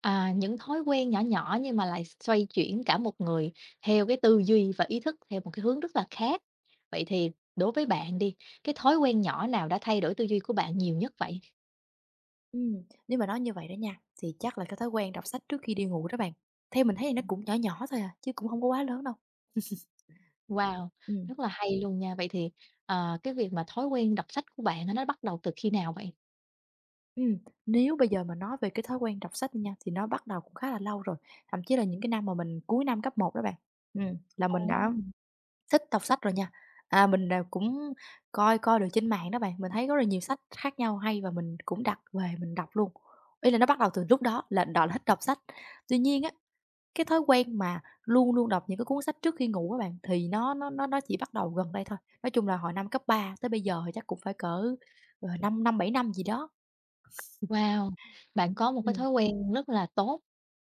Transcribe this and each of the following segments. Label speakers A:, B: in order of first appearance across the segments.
A: À, những thói quen nhỏ nhỏ nhưng mà lại xoay chuyển cả một người theo cái tư duy và ý thức theo một cái hướng rất là khác. Vậy thì đối với bạn đi, cái thói quen nhỏ nào đã thay đổi tư duy của bạn nhiều nhất vậy?
B: Nếu mà nói như vậy đó nha, thì chắc là cái thói quen đọc sách trước khi đi ngủ đó bạn. Theo mình thấy nó cũng nhỏ nhỏ thôi à, chứ cũng không có quá lớn đâu.
A: Wow,
B: Ừm,
A: rất là hay luôn nha. Vậy thì, cái việc mà thói quen đọc sách của bạn á, nó bắt đầu từ khi nào vậy?
B: ừm, nếu bây giờ mà nói về cái thói quen đọc sách nha, thì nó bắt đầu cũng khá là lâu rồi, thậm chí là những cái năm mà mình cuối năm cấp một đó bạn, là
A: Ồ,
B: mình đã thích đọc sách rồi nha. À, mình đều cũng coi coi được trên mạng đó bạn, mình thấy có rất là nhiều sách khác nhau hay và mình cũng đặt về mình đọc luôn, ý là nó bắt đầu từ lúc đó là thích đọc sách. Tuy nhiên á, cái thói quen mà luôn luôn đọc những cái cuốn sách trước khi ngủ á bạn, thì nó chỉ bắt đầu gần đây thôi. Nói chung là hồi năm cấp 3 tới bây giờ thì chắc cũng phải cỡ, 5 năm, 7 năm gì đó.
A: wow, bạn có một cái
B: Ừm,
A: thói quen rất là tốt.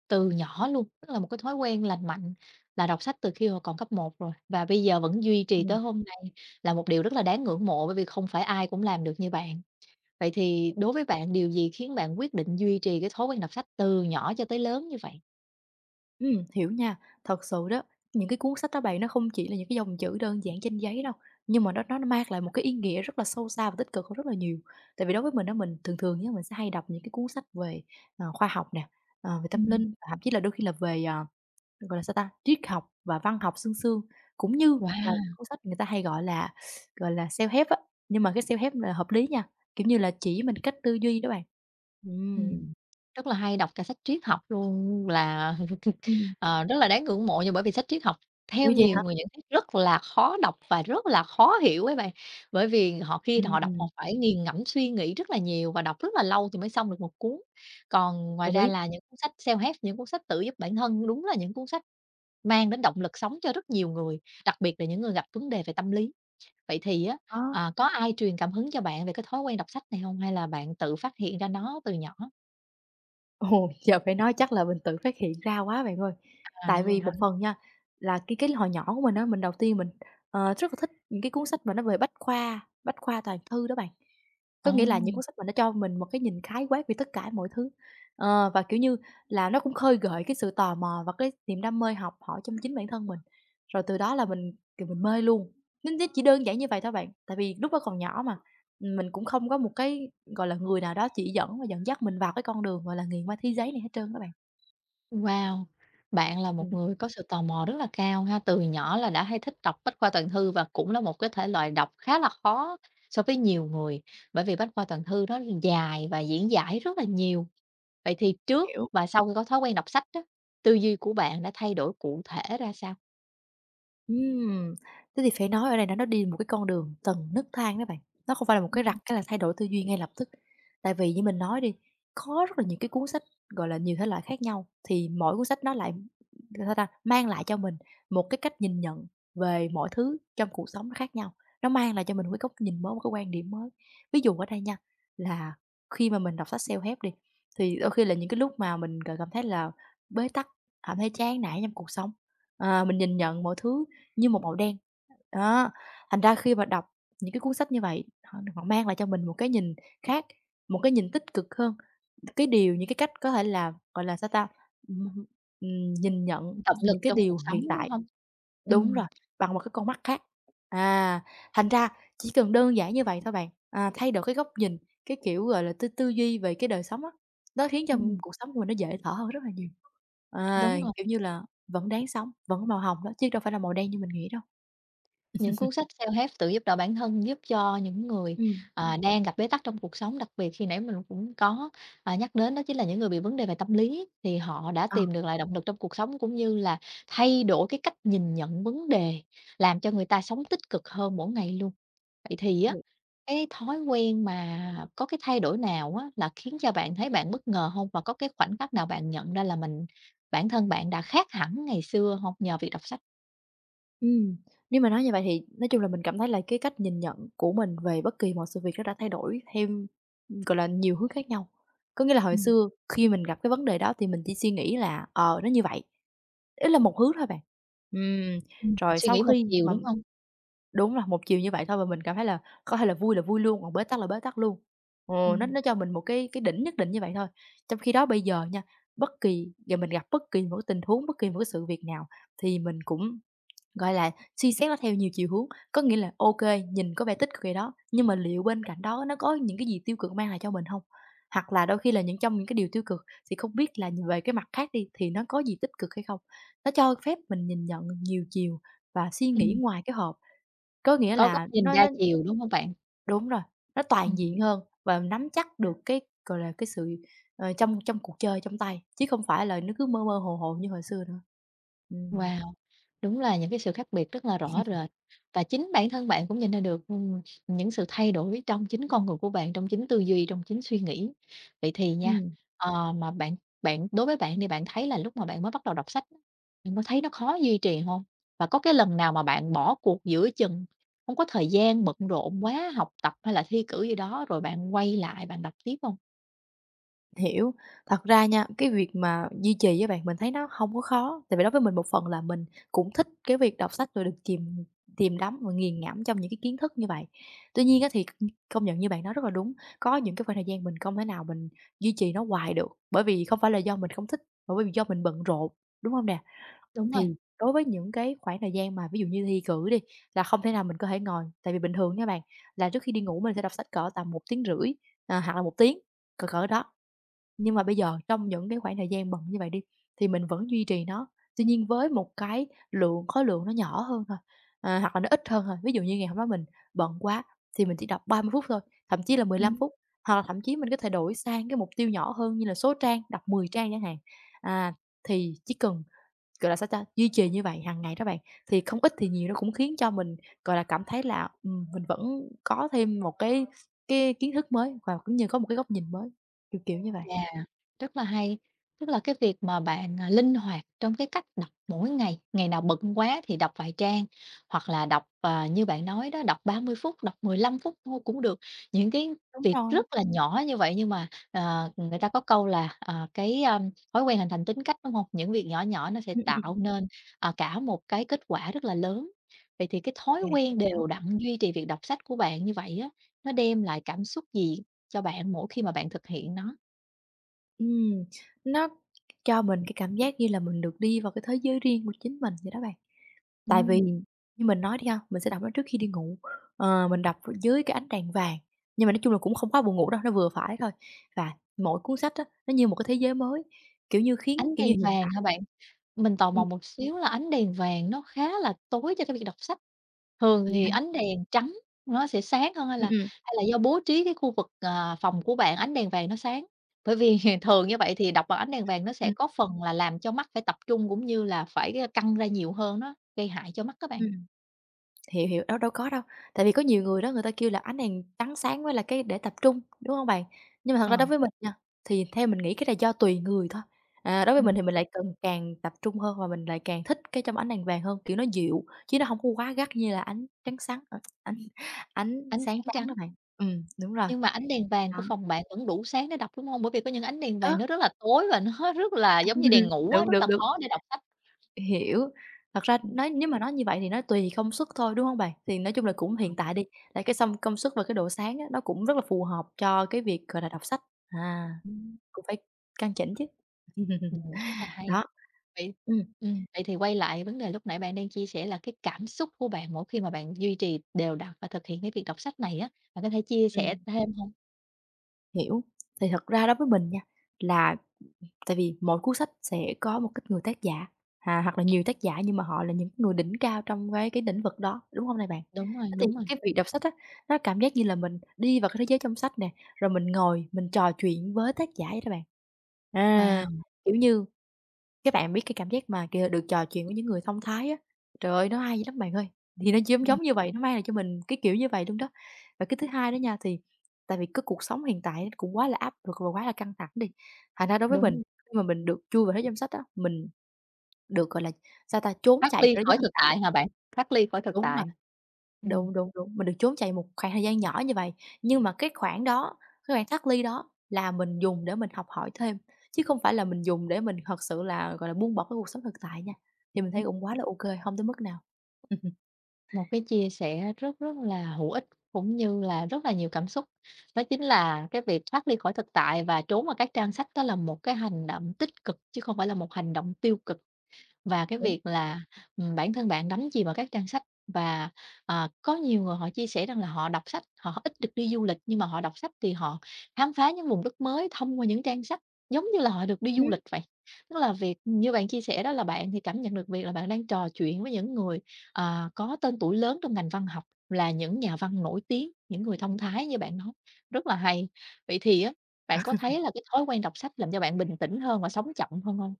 A: Từ nhỏ luôn, tức là một cái thói quen lành mạnh là đọc sách từ khi mà còn cấp một rồi, và bây giờ vẫn duy trì
B: ừm,
A: tới hôm nay là một điều rất là đáng ngưỡng mộ, bởi vì không phải ai cũng làm được như bạn. Vậy thì đối với bạn, điều gì khiến bạn quyết định duy trì cái thói quen đọc sách từ nhỏ cho tới lớn như vậy?
B: hiểu nha. Thật sự đó, những cái cuốn sách đó bạn, nó không chỉ là những cái dòng chữ đơn giản trên giấy đâu, nhưng mà nó mang lại một cái ý nghĩa rất là sâu xa và tích cực hơn rất là nhiều. Tại vì đối với mình đó mình thường thường nhé mình sẽ hay đọc những cái cuốn sách về, khoa học nè, về tâm
A: Ừm.
B: linh, thậm chí là đôi khi là về, gọi là, sao ta, triết học và văn học sương sương, cũng như là những
A: Wow!
B: cuốn sách người ta hay gọi là, self-help á, nhưng mà cái self-help là hợp lý nha, kiểu như là, chỉ mình cách tư duy đó bạn. Ừm,
A: Ừm, rất là hay, đọc cả sách triết học luôn là,
B: ừm,
A: rất là đáng ngưỡng mộ nha, bởi vì sách triết học
B: ủa
A: theo
B: vậy
A: nhiều
B: hả?
A: người nhận xét rất là khó đọc và rất là khó hiểu ấy bạn. Bởi vì họ khi họ đọc họ
B: Ừm,
A: phải nghiền ngẫm suy nghĩ rất là nhiều và đọc rất là lâu thì mới xong được một cuốn. Còn ngoài
B: đồng
A: ra
B: ý,
A: là những cuốn sách self-help, những cuốn sách tự giúp bản thân đúng là những cuốn sách mang đến động lực sống cho rất nhiều người, đặc biệt là những người gặp vấn đề về tâm lý. Vậy thì á,
B: ờ.
A: có ai truyền cảm hứng cho bạn về cái thói quen đọc sách này không? Hay là bạn tự phát hiện ra nó từ nhỏ?
B: Ồ, giờ phải nói chắc là mình tự phát hiện ra quá bạn ơi.
A: À,
B: Tại
A: vậy
B: vì
A: hả?
B: một phần nha, là cái hồi nhỏ của mình á, mình đầu tiên mình, rất là thích những cái cuốn sách mà nó về bách khoa toàn thư đó bạn. Có
A: Ồ,
B: nghĩa là những cuốn sách mà nó cho mình một cái nhìn khái quát về tất cả mọi thứ. Ờ, và, kiểu như là, nó cũng khơi gợi cái sự tò mò và cái niềm đam mê học hỏi trong chính bản thân mình. Rồi từ đó là mình, kiểu, mình mê luôn, nó chỉ đơn giản như vậy thôi bạn. Tại vì lúc đó còn nhỏ mà, mình cũng không có một cái gọi là, người nào đó chỉ dẫn và dẫn dắt mình vào cái con đường, gọi là, nghiền ma túy giấy này hết trơn đó bạn.
A: wow! Bạn là một
B: Ừm.
A: người có sự tò mò rất là cao ha, từ nhỏ là đã hay thích đọc bách khoa toàn thư và cũng là một cái thể loại đọc khá là khó so với nhiều người, bởi vì bách khoa toàn thư nó dài và diễn giải rất là nhiều. Vậy thì trước
B: Hiểu.
A: và sau khi có thói quen đọc sách đó tư duy của bạn đã thay đổi cụ thể ra sao?
B: Ừm, thế thì phải nói ở đây là nó đi một cái con đường tầng nấc thang đó bạn, nó không phải là một
A: Ừ,
B: cái rặt cái là thay đổi tư duy ngay lập tức. Tại vì như mình nói đi, có rất là nhiều cái cuốn sách, gọi là, nhiều thể loại khác nhau, thì mỗi cuốn sách nó lại sao ta, mang lại cho mình một cái cách nhìn nhận về mọi thứ trong cuộc sống nó khác nhau, nó mang lại cho mình một cái góc nhìn mới, một cái quan điểm mới. Ví dụ ở đây nha, là khi mà mình đọc sách self-help đi, thì đôi khi là những cái lúc mà mình cảm thấy là bế tắc, cảm thấy chán nản trong cuộc sống, mình nhìn nhận mọi thứ như một màu đen. Đó, thành ra khi mà đọc những cái cuốn sách như vậy, họ họ mang lại cho mình một cái nhìn khác, một cái nhìn tích cực hơn, cái điều những cái cách có thể là, gọi là, sao ta, ừm, nhìn nhận
A: động lực
B: những cái
A: trong cuộc
B: điều hiện
A: sống,
B: tại
A: đúng không? Ừ,
B: đúng rồi, bằng một cái con mắt khác. À, thành ra chỉ cần đơn giản như vậy thôi bạn, à, thay đổi cái góc nhìn, cái kiểu, gọi là, tư tư duy về cái đời sống á, nó khiến cho
A: ừm,
B: cuộc sống của mình nó dễ thở hơn rất là nhiều. À,
A: đúng rồi.
B: kiểu như là, vẫn đáng sống, vẫn có màu hồng đó, chứ đâu phải là màu đen như mình nghĩ đâu.
A: Những cuốn sách self-help tự giúp đỡ bản thân giúp cho những người,
B: Ừm,
A: đang gặp bế tắc trong cuộc sống, đặc biệt khi nãy mình cũng có, nhắc đến đó chính là những người bị vấn đề về tâm lý, thì họ đã
B: ờ,
A: tìm được lại động lực trong cuộc sống, cũng như là thay đổi cái cách nhìn nhận vấn đề, làm cho người ta sống tích cực hơn mỗi ngày luôn. Vậy thì á,
B: hiểu.
A: cái thói quen mà có cái thay đổi nào á là khiến cho bạn thấy bạn bất ngờ không? Và có cái khoảnh khắc nào bạn nhận ra là mình bản thân bạn đã khác hẳn ngày xưa không nhờ việc đọc sách?
B: Ừm, nếu mà nói như vậy thì nói chung là mình cảm thấy là cái cách nhìn nhận của mình về bất kỳ một sự việc nó đã thay đổi theo, gọi là, nhiều hướng khác nhau. Có nghĩa là hồi
A: Ừm,
B: xưa khi mình gặp cái vấn đề đó thì mình chỉ suy nghĩ là, ờ, nó như vậy, ý là một hướng thôi bạn. Ừm,
A: ừm,
B: rồi
A: suy
B: sau
A: nghĩ một
B: khi
A: chiều,
B: mà
A: đúng không?
B: đúng là một chiều như vậy thôi và mình cảm thấy là có thể là vui luôn, còn bế tắc là bế tắc luôn. Ờ,
A: Ừm,
B: nó cho mình một cái đỉnh nhất định như vậy thôi. Trong khi đó bây giờ nha, bất kỳ giờ mình gặp bất kỳ một cái tình huống, bất kỳ một cái sự việc nào thì mình cũng gọi là, suy xét nó theo nhiều chiều hướng, có nghĩa là, ok, nhìn có vẻ tích cực gì đó, nhưng mà liệu bên cạnh đó nó có những cái gì tiêu cực mang lại cho mình không? Hoặc là đôi khi là những trong những cái điều tiêu cực thì không biết là về cái mặt khác đi, thì nó có gì tích cực hay không? Nó cho phép mình nhìn nhận nhiều chiều và suy nghĩ
A: ừm,
B: ngoài cái hộp, có nghĩa
A: có góc
B: là
A: nhìn
B: nó
A: đa
B: nó
A: chiều, đúng hông bạn?
B: đúng rồi, nó toàn
A: Ừm,
B: diện hơn và nắm chắc được cái, gọi là, cái sự, trong trong cuộc chơi trong tay, chứ không phải là nó cứ mơ mơ hồ hồ như hồi xưa nữa. Ừ.
A: wow, đúng là những cái sự khác biệt rất là rõ rệt và chính bản thân bạn cũng nhìn ra được, những sự thay đổi trong chính con người của bạn, trong chính tư duy, trong chính suy nghĩ. Vậy thì nha,
B: Ừ.
A: ờ, mà bạn bạn đối với bạn thì bạn thấy là lúc mà bạn mới bắt đầu đọc sách á, bạn có thấy nó khó duy trì hông? Và có cái lần nào mà bạn bỏ cuộc giữa chừng, hông có thời gian, bận rộn quá, học tập hay là thi cử gì đó, rồi bạn quay lại bạn đọc tiếp hông?
B: Hiểu, thật ra nha, cái việc mà duy trì với bạn, mình thấy nó không có khó, tại vì đối với mình một phần là mình cũng thích cái việc đọc sách rồi được chìm tìm đắm và nghiền ngẫm trong những cái kiến thức như vậy. Tuy nhiên á thì công nhận như bạn nói rất là đúng, có những cái khoảng thời gian mình không thể nào mình duy trì nó hoài được, bởi vì không phải là do mình không thích, mà bởi vì do mình bận rộn, đúng không nè?
A: Đúng rồi.
B: Thì đối với những cái khoảng thời gian mà ví dụ như thi cử đi, là không thể nào mình có thể ngồi, tại vì bình thường nha bạn, là trước khi đi ngủ mình sẽ đọc sách cỡ tầm một tiếng rưỡi, à, hoặc là một tiếng, cỡ cỡ đó. Nhưng mà bây giờ trong những cái khoảng thời gian bận như vậy đi, thì mình vẫn duy trì nó, tuy nhiên với một cái lượng khối lượng nó nhỏ hơn thôi, à, hoặc là nó ít hơn thôi. Ví dụ như ngày hôm đó mình bận quá thì mình chỉ đọc 30 phút thôi, thậm chí là mười lăm
A: Ừm.
B: phút, hoặc là thậm chí mình có thể đổi sang cái mục tiêu nhỏ hơn như là số trang, đọc 10 trang chẳng hạn. À, thì chỉ cần, gọi là, sao ta, duy trì như vậy hàng ngày đó bạn, thì không ít thì nhiều nó cũng khiến cho mình, gọi là, cảm thấy là, mình vẫn có thêm một cái kiến thức mới và cũng như có một cái góc nhìn mới, kiểu, kiểu như vậy.
A: Yeah, rất là hay. Tức là cái việc mà bạn, linh hoạt trong cái cách đọc mỗi ngày, ngày nào bận quá thì đọc vài trang, hoặc là đọc, như bạn nói đó, đọc 30 phút, đọc 15 phút thôi cũng được. Những cái
B: Đúng
A: việc
B: rồi,
A: rất là nhỏ như vậy nhưng mà, người ta có câu là, thói quen hình thành tính cách, đúng hông? Những việc nhỏ nhỏ nó sẽ tạo
B: ừm.
A: nên, cả một cái kết quả rất là lớn. Vậy thì cái thói
B: Yeah, chắc
A: quen
B: chắn.
A: đều đặn duy trì việc đọc sách của bạn như vậy á, nó đem lại cảm xúc gì cho bạn mỗi khi mà bạn thực hiện nó?
B: Ừm, nó cho mình cái cảm giác như là mình được đi vào cái thế giới riêng của chính mình vậy đó bạn. Tại vì
A: Ừm,
B: như mình nói đi ha, mình sẽ đọc nó trước khi đi ngủ, mình đọc dưới cái ánh đèn vàng, nhưng mà nói chung là cũng không quá buồn ngủ đâu, nó vừa phải thôi. Và mỗi cuốn sách á, nó như một cái thế giới mới, kiểu như, khiến
A: ánh
B: kiểu như,
A: đèn
B: hiện
A: vàng
B: tại
A: hả bạn? Mình tò
B: ừm,
A: mò một xíu là ánh đèn vàng nó khá là tối cho cái việc đọc sách, thường
B: vậy
A: thì
B: hả?
A: ánh đèn trắng nó sẽ sáng hơn hay
B: Ừm,
A: là
B: ừm,
A: do bố trí cái khu vực, phòng của bạn ánh đèn vàng nó sáng? Bởi vì thường như vậy thì đọc bằng ánh đèn vàng nó sẽ
B: ừm,
A: có phần là làm cho mắt phải tập trung cũng như là phải, căng ra nhiều hơn nó gây hại cho mắt các bạn.
B: ừm. Hiểu, hiểu, đâu đâu có đâu. Tại vì có nhiều người đó người ta kêu là ánh đèn trắng sáng mới là cái để tập trung, đúng không bạn? Nhưng mà thật ra đối
A: Ờ,
B: với mình nha, thì theo mình nghĩ cái này do tùy người thôi. À, đối với mình thì mình
A: ừm,
B: lại cần càng tập trung hơn và mình lại càng thích cái trong ánh đèn vàng hơn, kiểu, nó dịu, chứ nó không có quá gắt như là ánh trắng sáng ánh ánh
A: ánh
B: sáng
A: sáng
B: trắng đó
A: trắng,
B: bạn. Ừ, đúng rồi,
A: nhưng mà ánh đèn vàng của
B: đó.
A: phòng bạn vẫn đủ sáng để đọc, đúng không? Bởi vì có những ánh đèn
B: Ơ!
A: vàng nó rất là tối và nó rất là giống như đèn ngủ
B: Được,
A: á, rất
B: được,
A: là
B: được.
A: khó để đọc sách.
B: Hiểu. Thật ra nói nếu mà nói như vậy thì nó tùy công suất thôi, đúng hông bạn? Thì nói chung là cũng hiện tại đi, là cái xong công suất và cái độ sáng á, nó cũng rất là phù hợp cho cái việc, gọi là, đọc sách. À,
A: Ừm,
B: cũng phải căn chỉnh chứ.
A: rất là hay.
B: Đó.
A: Vậy
B: Ừm,
A: vậy thì quay lại vấn đề lúc nãy bạn đang chia sẻ là cái cảm xúc của bạn mỗi khi mà bạn duy trì đều đặn và thực hiện cái việc đọc sách này á, bạn có thể chia
B: ừm.
A: sẻ thêm hông?
B: Hiểu. Thì thật ra đối với mình nha, là tại vì mỗi cuốn sách sẽ có một cái người tác giả, à, hoặc là nhiều tác giả nhưng mà họ là những người đỉnh cao trong cái lĩnh vực đó, đúng hông nè bạn?
A: Đúng rồi,
B: Thế
A: đúng
B: thì
A: rồi.
B: cái việc đọc sách á, nó cảm giác như là mình đi vào cái thế giới trong sách nè, rồi mình ngồi mình trò chuyện với tác giả vậy đó bạn. À,
A: Wow!
B: kiểu như các bạn biết cái cảm giác mà, kiểu, được trò chuyện với những người thông thái á, trời ơi, nó hay lắm bạn ơi, thì nó giống
A: Ừm,
B: giống như vậy, nó mang lại cho mình cái kiểu như vậy luôn đó. Và cái thứ hai đó nha, thì tại vì cái cuộc sống hiện tại nó cũng quá là áp lực và quá là căng thẳng đi, thành ra đối với mình,
A: đúng,
B: khi mà mình được chui vào thế danh sách á, mình được, gọi là, sao ta, trốn
A: thoát
B: chạy
A: ly
B: khỏi thế giới
A: khỏi
B: thực
A: thực
B: tại
A: tại hả bạn? Thoát ly khỏi thực
B: đúng.
A: tại. Ừm,
B: Đúng, đúng, đúng, mình được trốn chạy một khoảng thời gian nhỏ như vậy, nhưng mà cái khoảng đó, cái khoảng thoát ly đó là mình dùng để mình học hỏi thêm, chứ không phải là mình dùng để mình thật sự là, gọi là, buông bỏ cái cuộc sống thực tại nha, thì mình thấy
A: ừm,
B: cũng quá là ô kê, hông tới mức nào.
A: một cái chia sẻ rất rất là hữu ích, cũng như là rất là nhiều cảm xúc. Đó chính là cái việc thoát ly khỏi thực tại và trốn vào các trang sách đó là một cái hành động tích cực chứ không phải là một hành động tiêu cực. Và cái
B: Đúng.
A: việc là, bản thân bạn đắm chìm vào các trang sách và, có nhiều người họ chia sẻ rằng là họ đọc sách, họ ít được đi du lịch nhưng mà họ đọc sách thì họ khám phá những vùng đất mới thông qua những trang sách, giống như là họ được đi
B: Ừm.
A: du lịch vậy. Tức là việc như bạn chia sẻ đó là bạn thì cảm nhận được việc là bạn đang trò chuyện với những người, có tên tuổi lớn trong ngành văn học, là những nhà văn nổi tiếng, những người thông thái như bạn nói, rất là hay. Vậy thì á, bạn có thấy là cái thói quen đọc sách làm cho bạn bình tĩnh hơn và sống chậm hơn không?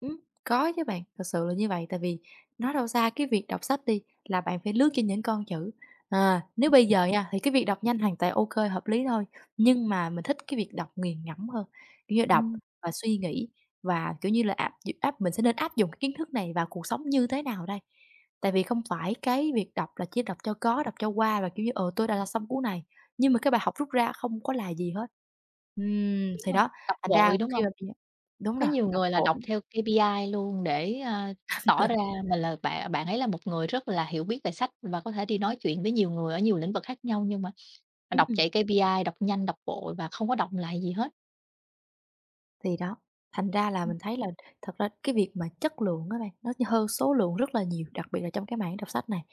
B: Ừm, có chứ bạn, thật sự là như vậy. Tại vì nói đâu xa cái việc đọc sách đi là bạn phải lướt trên những con chữ. À, nếu bây giờ nha thì cái việc đọc nhanh hoàn toàn ok hợp lý thôi, nhưng mà mình thích cái việc đọc nghiền ngẫm hơn, kiểu như, đọc
A: Ừm.
B: và suy nghĩ và, kiểu như là, áp áp mình sẽ nên áp dụng cái kiến thức này vào cuộc sống như thế nào đây? Tại vì không phải cái việc đọc là chỉ đọc cho có, đọc cho qua và, kiểu như, "Ờ, tôi đã đọc xong cuốn này", nhưng mà cái bài học rút ra không có là gì hết.
A: Đúng
B: Thì
A: rồi,
B: đó,
A: đọc
B: thành ra
A: vội, đúng
B: khi
A: hông?
B: mà đúng
A: Có
B: rồi,
A: nhiều
B: đọc
A: người là
B: vội.
A: đọc theo KPI luôn để, tỏ ra mình là bạn bạn ấy là một người rất là hiểu biết về sách và có thể đi nói chuyện với nhiều người ở nhiều lĩnh vực khác nhau, nhưng mà đọc
B: Ừm,
A: chạy KPI, đọc nhanh, đọc vội và không có đọng lại gì hết.
B: thì đó, thành ra là
A: Ừm,
B: mình thấy là thật ra cái việc mà chất lượng á bạn, nó hơn số lượng rất là nhiều, đặc biệt là trong cái mảng đọc sách này.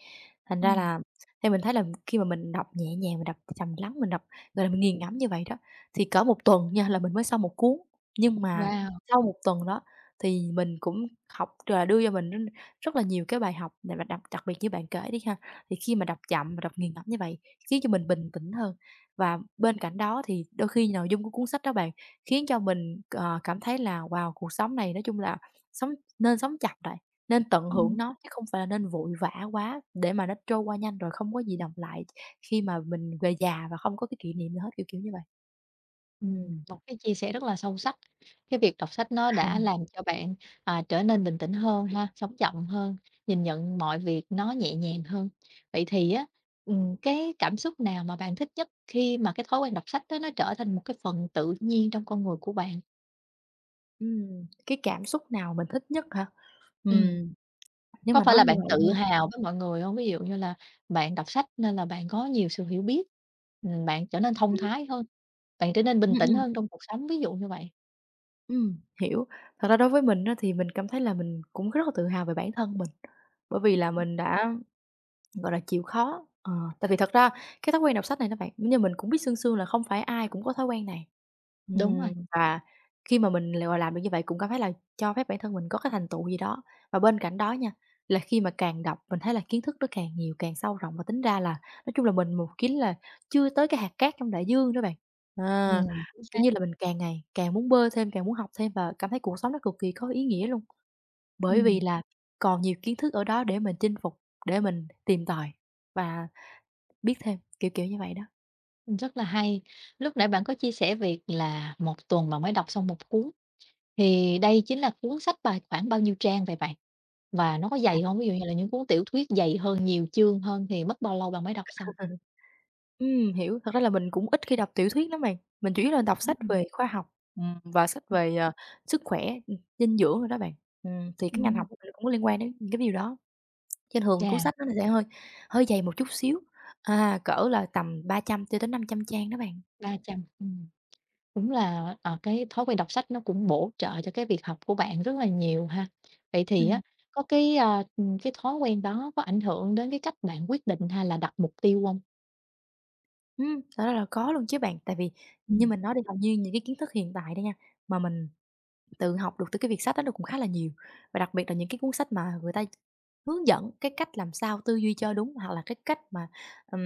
B: Thành ra
A: ừm,
B: là thì mình thấy là khi mà mình đọc nhẹ nhàng, mình đọc trầm lắng, mình đọc, gọi là, mình nghiền ngẫm như vậy đó, thì cỡ một tuần nha là mình mới xong một cuốn. Nhưng mà
A: wow!
B: sau một tuần đó thì mình cũng học rồi là đưa cho mình rất là nhiều cái bài học để mà đọc, đặc biệt như bạn kể đi ha, thì khi mà đọc chậm và đọc nghiền ngẫm như vậy, khiến cho mình bình tĩnh hơn. Và bên cạnh đó thì đôi khi nội dung của cuốn sách đó bạn khiến cho mình, ờ, cảm thấy là wow, cuộc sống này nói chung là sống nên sống chậm lại, nên tận hưởng
A: Ừm.
B: nó chứ không phải là nên vội vã quá để mà nó trôi qua nhanh rồi không có gì đọng lại khi mà mình về già và không có cái kỷ niệm gì hết, kiểu, kiểu như vậy. Ừm.
A: Một cái chia sẻ rất là sâu sắc. Cái việc đọc sách nó đã làm cho bạn, trở nên bình tĩnh hơn ha, sống chậm hơn, nhìn nhận mọi việc nó nhẹ nhàng hơn. Vậy thì á, cái cảm xúc nào mà bạn thích nhất khi mà cái thói quen đọc sách đó nó trở thành một cái phần tự nhiên trong con người của bạn?
B: Cái cảm xúc nào mình thích nhất hả?
A: Ừm,
B: Ừm, nếu
A: có
B: mà
A: phải
B: nói
A: là
B: như
A: bạn
B: vậy nha.
A: tự hào với mọi người không? Ví dụ như là bạn đọc sách nên là bạn có nhiều sự hiểu biết, bạn trở nên thông thái hơn, bạn trở nên
B: Ừ,
A: bình tĩnh
B: ừm,
A: hơn trong cuộc sống, ví dụ như vậy.
B: hiểu. Thật ra đối với mình á thì mình cảm thấy là mình cũng rất là tự hào về bản thân mình, bởi vì là mình đã gọi là, chịu khó, ờ, tại vì thật ra cái thói quen đọc sách này đó bạn, như mình cũng biết sương sương là không phải ai cũng có thói quen này.
A: Đúng rồi,
B: Và khi mà mình lại, gọi làm được như vậy cũng cảm thấy là cho phép bản thân mình có cái thành tựu gì đó. Và bên cạnh đó nha, là khi mà càng đọc mình thấy là kiến thức nó càng nhiều, càng sâu rộng và tính ra là nói chung là mình một kiến là chưa tới cái hạt cát trong đại dương đó bạn. À,
A: chính
B: kiểu
A: xác,
B: như là, mình càng ngày càng muốn bơi thêm, càng muốn học thêm và cảm thấy cuộc sống nó cực kỳ có ý nghĩa luôn. Bởi vì
A: ừm.
B: là còn nhiều kiến thức ở đó để mình chinh phục, để mình tìm tòi và biết thêm, kiểu, kiểu như vậy đó.
A: Rất là hay. Lúc nãy bạn có chia sẻ việc là một tuần bạn mới đọc xong một cuốn, thì đây chính là cuốn sách bài khoảng bao nhiêu trang vậy bạn? Và nó có
B: À.
A: dày không? Ví dụ như là những cuốn tiểu thuyết dày hơn, nhiều chương hơn thì mất bao lâu bạn mới đọc xong?
B: Hiểu, thật ra là mình cũng ít khi đọc tiểu thuyết lắm bạn, mình chủ yếu là đọc sách
A: à
B: về khoa học, và sách về, ờ, sức khỏe, dinh dưỡng rồi đó bạn. Thì cái ngành
A: ừm.
B: học của mình cũng có liên quan đến những cái điều đó, trên thường cuốn
A: Chà,
B: sách nó sẽ hơi hơi dày một chút xíu, à, cỡ là tầm 300 cho đến 500 trang đó bạn.
A: 300, cũng là, cái thói quen đọc sách nó cũng bổ trợ cho cái việc học của bạn rất là nhiều ha. Vậy thì
B: Ừm,
A: á, cái thói quen đó có ảnh hưởng đến cái cách bạn quyết định hay là đặt mục tiêu không?
B: thật là có luôn chứ bạn, tại vì như
A: Ừm,
B: mình nói đi, hầu như những cái kiến thức hiện tại đây nha, mà mình tự học được từ cái việc sách đó nó cũng khá là nhiều, và đặc biệt là những cái cuốn sách mà người ta hướng dẫn cái cách làm sao tư duy cho đúng, hoặc là cái cách mà, ừm,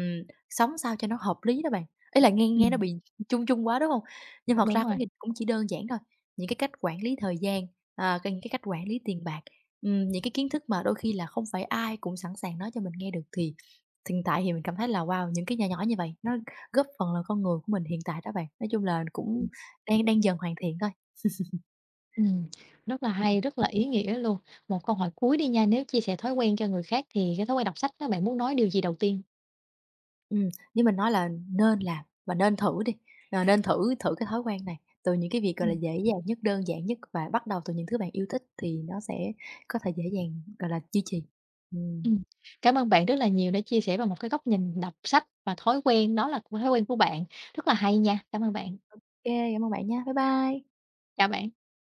B: sống sao cho nó hợp lý đó bạn. Ý là nghe nghe nó
A: ừm.
B: bị chung chung quá, đúng không? Nhưng thật
A: Đúng
B: ra có
A: rồi.
B: nghĩa cũng chỉ đơn giản thôi, những cái cách quản lý thời gian, à, cái những cái cách quản lý tiền bạc, những cái kiến thức mà đôi khi là không phải ai cũng sẵn sàng nói cho mình nghe được thì hiện tại thì mình cảm thấy là, wow, những cái nhỏ nhỏ như vậy nó góp phần là con người của mình hiện tại đó bạn. Nói chung là cũng đang đang dần hoàn thiện thôi.
A: Ừm, rất là
B: Ừm,
A: hay, rất là ý nghĩa luôn. Một câu hỏi cuối đi nha, nếu chia sẻ thói quen cho người khác thì cái thói quen đọc sách đó, bạn muốn nói điều gì đầu tiên?
B: ừm, như mình nói là nên làm và nên thử đi, ờ, nên thử thử cái thói quen này từ những cái việc, gọi là,
A: Ừm.
B: dễ dàng nhất, đơn giản nhất và bắt đầu từ những thứ bạn yêu thích thì nó sẽ có thể dễ dàng, gọi là, duy trì. Ừm,
A: Ừm, cảm ơn bạn rất là nhiều đã chia sẻ vào một cái góc nhìn đọc sách và thói quen đó là thói quen của bạn, rất là hay nha. Cảm ơn bạn,
B: ô kê, cảm ơn bạn nha. Bye bye.
A: chào bạn.